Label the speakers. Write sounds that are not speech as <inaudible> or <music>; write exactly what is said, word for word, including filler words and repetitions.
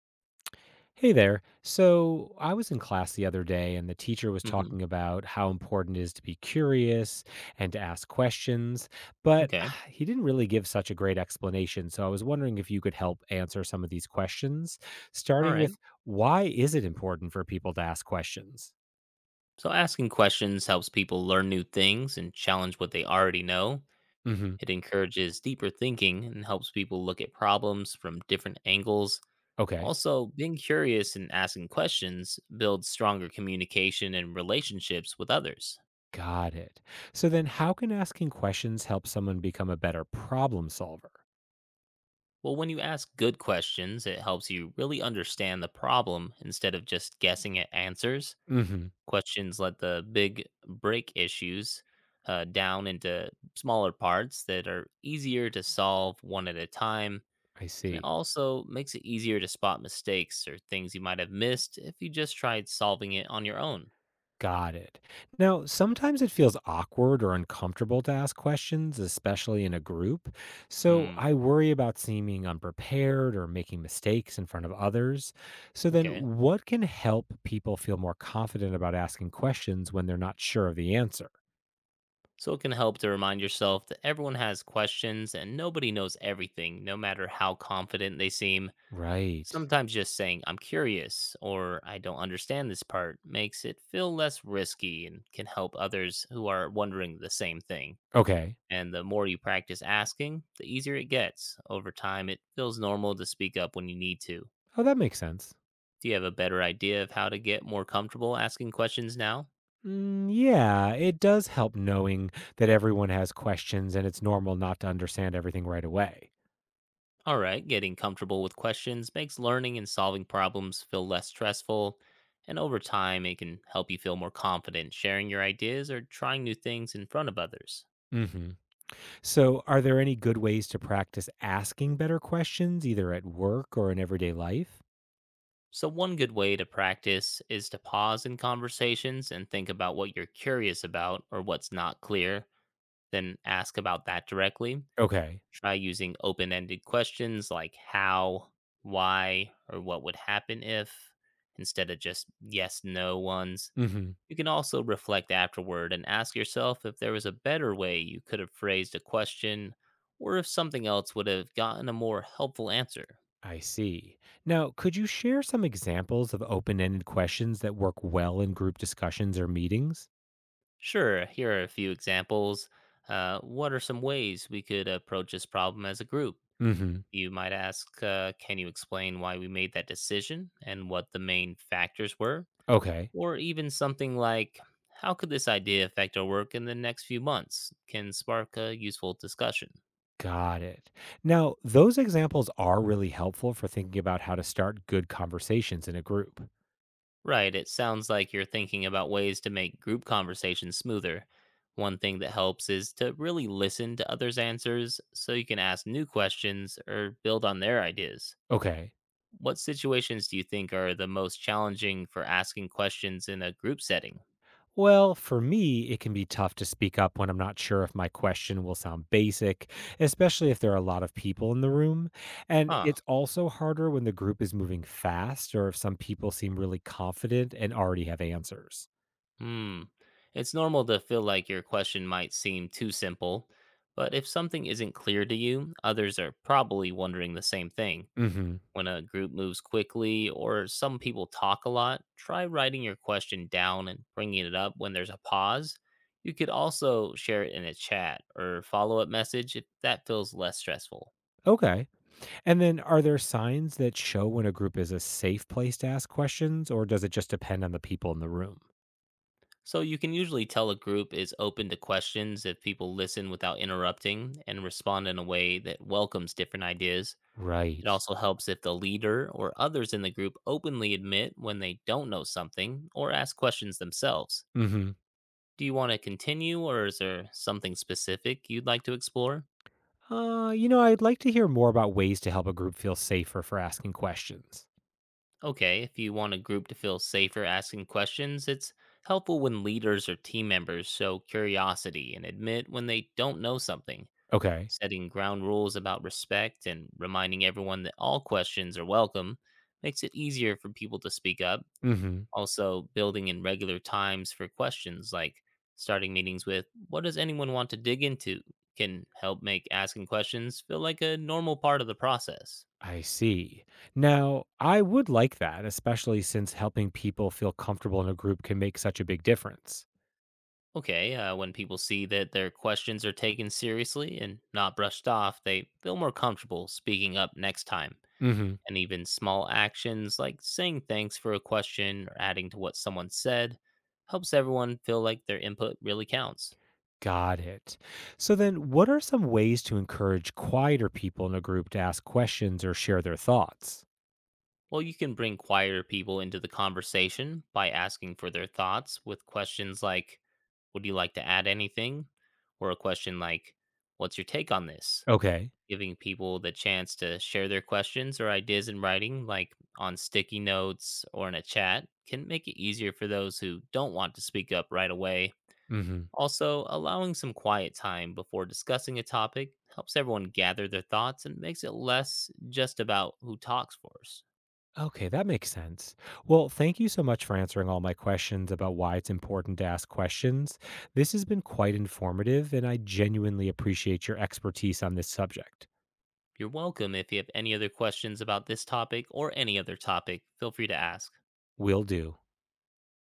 Speaker 1: Hey there. So I was in class the other day, and the teacher was
Speaker 2: Hmm.
Speaker 1: talking about how important it is to be curious and to ask questions, but
Speaker 2: Okay.
Speaker 1: <sighs> he didn't really give such a great explanation. So I was wondering if you could help answer some of these questions,
Speaker 2: All
Speaker 1: starting with,
Speaker 2: right.
Speaker 1: why is it important for people to ask questions?
Speaker 2: So asking questions helps people learn new things and challenge what they already know.
Speaker 1: Hmm.
Speaker 2: It encourages deeper thinking and helps people look at problems from different angles.
Speaker 1: Okay.
Speaker 2: Also, being curious and asking questions builds stronger communication and relationships with others.
Speaker 1: Got it. So then, how can asking questions help someone become a better problem solver?
Speaker 2: Well, when you ask good questions, it helps you really understand the problem instead of just guessing at answers.
Speaker 1: Hmm.
Speaker 2: Questions let the big break issues uh, down into smaller parts that are easier to solve one at a time,
Speaker 1: I
Speaker 2: and it
Speaker 1: see.
Speaker 2: also makes it easier to spot mistakes or things you might have missed if you just tried solving it on your own.
Speaker 1: Got it. Now, sometimes it feels awkward or uncomfortable to ask questions, especially in a group. So
Speaker 2: Hmm,
Speaker 1: I worry about seeming unprepared or making mistakes in front of others. So then,
Speaker 2: okay.
Speaker 1: what can help people feel more confident about asking questions when they're not sure of the answer?
Speaker 2: So it can help to remind yourself that everyone has questions and nobody knows everything, no matter how confident they seem.
Speaker 1: Right.
Speaker 2: Sometimes just saying, "I'm curious," or "I don't understand this part," makes it feel less risky and can help others who are wondering the same thing.
Speaker 1: Okay.
Speaker 2: And the more you practice asking, the easier it gets. Over time, it feels normal to speak up when you need to.
Speaker 1: Oh, that makes sense.
Speaker 2: Do you have a better idea of how to get more comfortable asking questions now?
Speaker 1: Mm, yeah, it does help knowing that everyone has questions and it's normal not to understand everything right away.
Speaker 2: All right, getting comfortable with questions makes learning and solving problems feel less stressful. And over time, it can help you feel more confident sharing your ideas or trying new things in front of others.
Speaker 1: Mm. So, are there any good ways to practice asking better questions, either at work or in everyday life?
Speaker 2: So, one good way to practice is to pause in conversations and think about what you're curious about or what's not clear, then ask about that directly.
Speaker 1: Okay.
Speaker 2: Try using open ended questions like how, why, or what would happen if, instead of just yes, no ones.
Speaker 1: Hmm.
Speaker 2: You can also reflect afterward and ask yourself if there was a better way you could have phrased a question, or if something else would have gotten a more helpful answer.
Speaker 1: I see. Now, could you share some examples of open ended questions that work well in group discussions or meetings?
Speaker 2: Sure, here are a few examples. Uh, what are some ways we could approach this problem as a group?
Speaker 1: Hmm.
Speaker 2: You might ask, uh, can you explain why we made that decision and what the main factors were?
Speaker 1: Okay.
Speaker 2: Or even something like, how could this idea affect our work in the next few months? Can spark a useful discussion.
Speaker 1: Got it. Now, those examples are really helpful for thinking about how to start good conversations in a group.
Speaker 2: Right, it sounds like you're thinking about ways to make group conversations smoother. One thing that helps is to really listen to others' answers so you can ask new questions or build on their ideas.
Speaker 1: Okay.
Speaker 2: What situations do you think are the most challenging for asking questions in a group setting?
Speaker 1: Well, for me, it can be tough to speak up when I'm not sure if my question will sound basic, especially if there are a lot of people in the room. And
Speaker 2: Huh.
Speaker 1: it's also harder when the group is moving fast or if some people seem really confident and already have answers.
Speaker 2: Hmm. It's normal to feel like your question might seem too simple, but if something isn't clear to you, others are probably wondering the same thing.
Speaker 1: Mhm.
Speaker 2: When a group moves quickly or some people talk a lot, try writing your question down and bringing it up when there's a pause. You could also share it in a chat or follow up message if that feels less stressful.
Speaker 1: Okay. And then, are there signs that show when a group is a safe place to ask questions, or does it just depend on the people in the room?
Speaker 2: So you can usually tell a group is open to questions if people listen without interrupting and respond in a way that welcomes different ideas. It
Speaker 1: Right.
Speaker 2: also helps if the leader or others in the group openly admit when they don't know something or ask questions themselves.
Speaker 1: Mhm.
Speaker 2: Do you want to continue, or is there something specific you'd like to explore?
Speaker 1: Uh, you know, I'd like to hear more about ways to help a group feel safer for asking questions.
Speaker 2: Okay, if you want a group to feel safer asking questions, it's helpful when leaders or team members show curiosity and admit when they don't know something.
Speaker 1: Okay.
Speaker 2: Setting ground rules about respect and reminding everyone that all questions are welcome makes it easier for people to speak up.
Speaker 1: Mhm.
Speaker 2: Also, building in regular times for questions, like starting meetings with, "What does anyone want to dig into?" can help make asking questions feel like a normal part of the process.
Speaker 1: I see. Now, I would like that, especially since helping people feel comfortable in a group can make such a big difference.
Speaker 2: Okay, uh, when people see that their questions are taken seriously and not brushed off, they feel more comfortable speaking up next time.
Speaker 1: Mhm.
Speaker 2: And even small actions like saying thanks for a question or adding to what someone said helps everyone feel like their input really counts.
Speaker 1: Got it. So then, what are some ways to encourage quieter people in a group to ask questions or share their thoughts?
Speaker 2: Well, you can bring quieter people into the conversation by asking for their thoughts with questions like, "Would you like to add anything?" Or a question like, "What's your take on this?"
Speaker 1: Okay.
Speaker 2: Giving people the chance to share their questions or ideas in writing, like on sticky notes or in a chat, can make it easier for those who don't want to speak up right away.
Speaker 1: Mhm.
Speaker 2: Also, allowing some quiet time before discussing a topic helps everyone gather their thoughts and makes it less just about who talks first.
Speaker 1: Okay, that makes sense. Well, thank you so much for answering all my questions about why it's important to ask questions. This has been quite informative, and I genuinely appreciate your expertise on this subject.
Speaker 2: You're welcome. If you have any other questions about this topic or any other topic, feel free to ask.
Speaker 1: Will do.